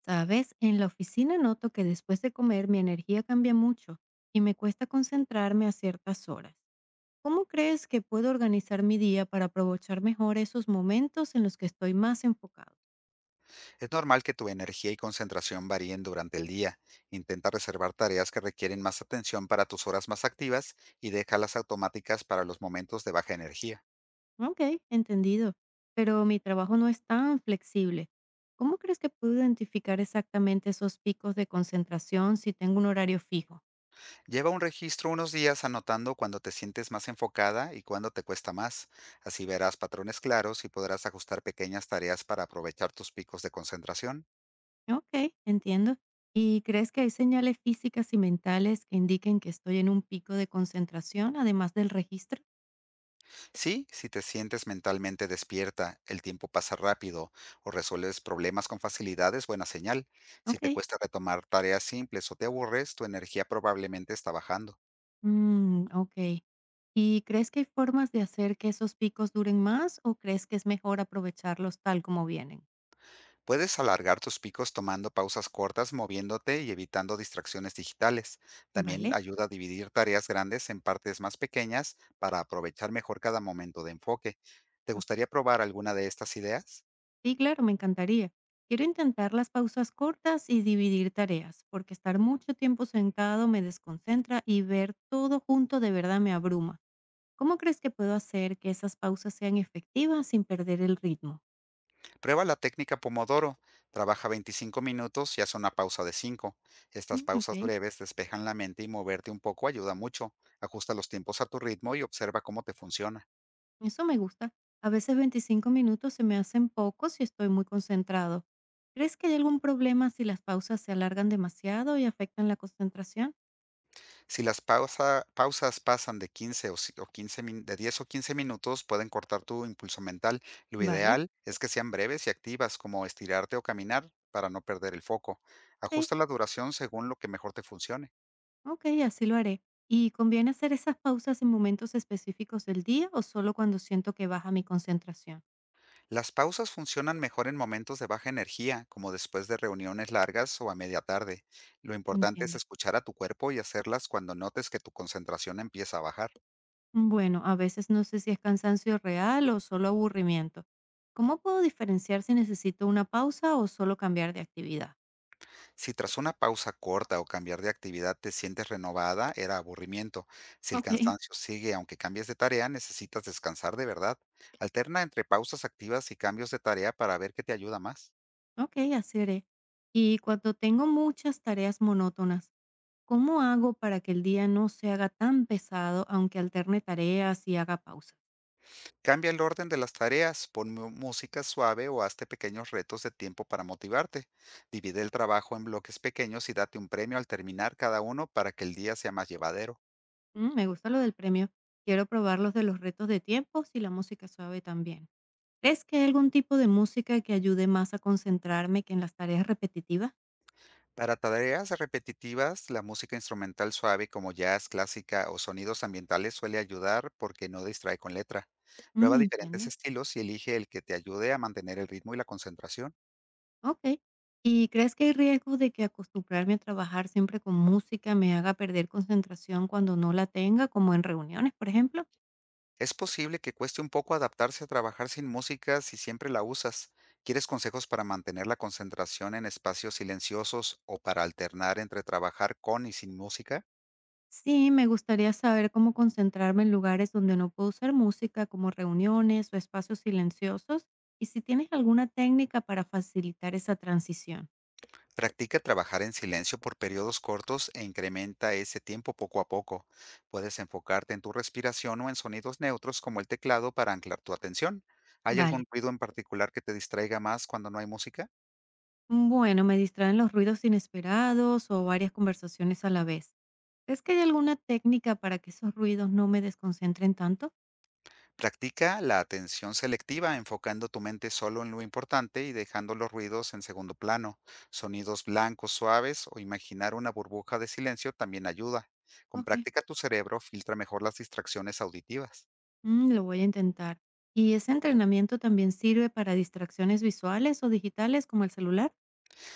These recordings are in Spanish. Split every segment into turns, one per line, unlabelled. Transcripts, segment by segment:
Sabes, en la oficina noto que después de comer mi energía cambia mucho y me cuesta concentrarme a ciertas horas. ¿Cómo crees que puedo organizar mi día para aprovechar mejor esos momentos en los que estoy más enfocado?
Es normal que tu energía y concentración varíen durante el día. Intenta reservar tareas que requieren más atención para tus horas más activas y deja las automáticas para los momentos de baja energía.
Ok, entendido, pero mi trabajo no es tan flexible. ¿Cómo crees que puedo identificar exactamente esos picos de concentración si tengo un horario fijo?
Lleva un registro unos días anotando cuando te sientes más enfocada y cuando te cuesta más. Así verás patrones claros y podrás ajustar pequeñas tareas para aprovechar tus picos de concentración.
Ok, entiendo. ¿Y crees que hay señales físicas y mentales que indiquen que estoy en un pico de concentración además del registro?
Sí, si te sientes mentalmente despierta, el tiempo pasa rápido o resuelves problemas con facilidad, es buena señal. Si te
Okey.
cuesta retomar tareas simples o te aburres, tu energía probablemente está bajando.
Mm, okey. ¿Y crees que hay formas de hacer que esos picos duren más o crees que es mejor aprovecharlos tal como vienen?
Puedes alargar tus picos tomando pausas cortas, moviéndote y evitando distracciones digitales.
Vale.
También ayuda a dividir tareas grandes en partes más pequeñas para aprovechar mejor cada momento de enfoque. ¿Te
O
gustaría probar alguna de estas ideas?
sí, claro, me encantaría. Quiero intentar las pausas cortas y dividir tareas, porque estar mucho tiempo sentado me desconcentra y ver todo junto de verdad me abruma. ¿Cómo crees que puedo hacer que esas pausas sean efectivas sin perder el ritmo?
Prueba la técnica Pomodoro. Trabaja 25 minutos y haz una pausa de 5. Estas
Mm,
pausas
okey.
breves despejan la mente y moverte un poco ayuda mucho. Ajusta los tiempos a tu ritmo y observa cómo te funciona.
Eso me gusta. A veces 25 minutos se me hacen pocos y estoy muy concentrado. ¿Crees que hay algún problema si las pausas se alargan demasiado y afectan la concentración?
Si las pausas pasan de 15 o, si- o 15 min- de 10 o 15 minutos, pueden cortar tu impulso mental. Lo
Vale,
ideal es que sean breves y activas, como estirarte o caminar, para no perder el foco.
sí,
Ajusta la duración según lo que mejor te funcione.
ok, así lo haré. ¿Y conviene hacer esas pausas en momentos específicos del día o solo cuando siento que baja mi concentración?
Las pausas funcionan mejor en momentos de baja energía, como después de reuniones largas o a media tarde. Lo importante es
Entiendo.
escuchar a tu cuerpo y hacerlas cuando notes que tu concentración empieza a bajar.
Bueno, a veces no sé si es cansancio real o solo aburrimiento. ¿Cómo puedo diferenciar si necesito una pausa o solo cambiar de actividad?
Si tras una pausa corta o cambiar de actividad te sientes renovada, era aburrimiento. Si el
Ok.
cansancio sigue aunque cambies de tarea, necesitas descansar de verdad. Alterna entre pausas activas y cambios de tarea para ver qué te ayuda más.
Okey, así haré. Y cuando tengo muchas tareas monótonas, ¿cómo hago para que el día no se haga tan pesado, aunque alterne tareas y haga pausas?
Cambia el orden de las tareas, pon música suave o hazte pequeños retos de tiempo para motivarte. Divide el trabajo en bloques pequeños y date un premio al terminar cada uno para que el día sea más llevadero.
Mm, me gusta lo del premio. Quiero probar los de los retos de tiempos y la música suave también. ¿Crees que hay algún tipo de música que ayude más a concentrarme que en las tareas repetitivas?
Para tareas repetitivas, la música instrumental suave como jazz, clásica o sonidos ambientales suele ayudar porque no distrae con letra.
Mm,
Prueba diferentes
entiendo.
estilos y elige el que te ayude a mantener el ritmo y la concentración.
Okey. ¿Y crees que hay riesgo de que acostumbrarme a trabajar siempre con música me haga perder concentración cuando no la tenga, como en reuniones, por ejemplo?
Es posible que cueste un poco adaptarse a trabajar sin música si siempre la usas. ¿Quieres consejos para mantener la concentración en espacios silenciosos o para alternar entre trabajar con y sin música?
Sí, me gustaría saber cómo concentrarme en lugares donde no puedo usar música, como reuniones o espacios silenciosos, y si tienes alguna técnica para facilitar esa transición.
Practica trabajar en silencio por periodos cortos e incrementa ese tiempo poco a poco. Puedes enfocarte en tu respiración o en sonidos neutros como el teclado para anclar tu atención. ¿Hay
Vale.
algún ruido en particular que te distraiga más cuando no hay música?
Bueno, me distraen los ruidos inesperados o varias conversaciones a la vez. ¿Es que hay alguna técnica para que esos ruidos no me desconcentren tanto?
Practica la atención selectiva, enfocando tu mente solo en lo importante y dejando los ruidos en segundo plano. Sonidos blancos suaves o imaginar una burbuja de silencio también ayuda. Con
Ok,
práctica tu cerebro filtra mejor las distracciones auditivas.
mm, lo voy a intentar. ¿Y ese entrenamiento también sirve para distracciones visuales o digitales como el celular?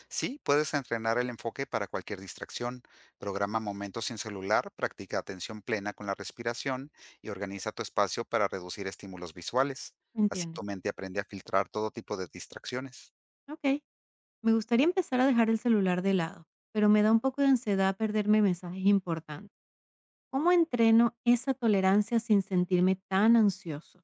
Sí, puedes entrenar el enfoque para cualquier distracción. Programa momentos sin celular, practica atención plena con la respiración y organiza tu espacio para reducir estímulos visuales. Así
Entiendo.
tu mente aprende a filtrar todo tipo de distracciones.
Ok. Me gustaría empezar a dejar el celular de lado, pero me da un poco de ansiedad perderme mensajes importantes. ¿Cómo entreno esa tolerancia sin sentirme tan ansioso?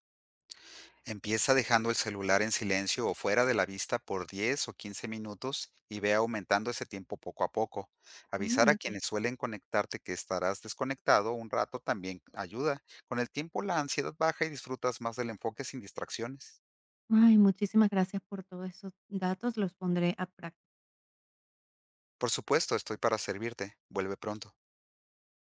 Empieza dejando el celular en silencio o fuera de la vista por 10 o 15 minutos y ve aumentando ese tiempo poco a poco. Avisar
Mm,
a
ok.
quienes suelen conectarte que estarás desconectado un rato también ayuda. Con el tiempo la ansiedad baja y disfrutas más del enfoque sin distracciones.
Ay, muchísimas gracias por todos esos datos, los pondré a práctica.
Por supuesto, estoy para servirte. Vuelve pronto.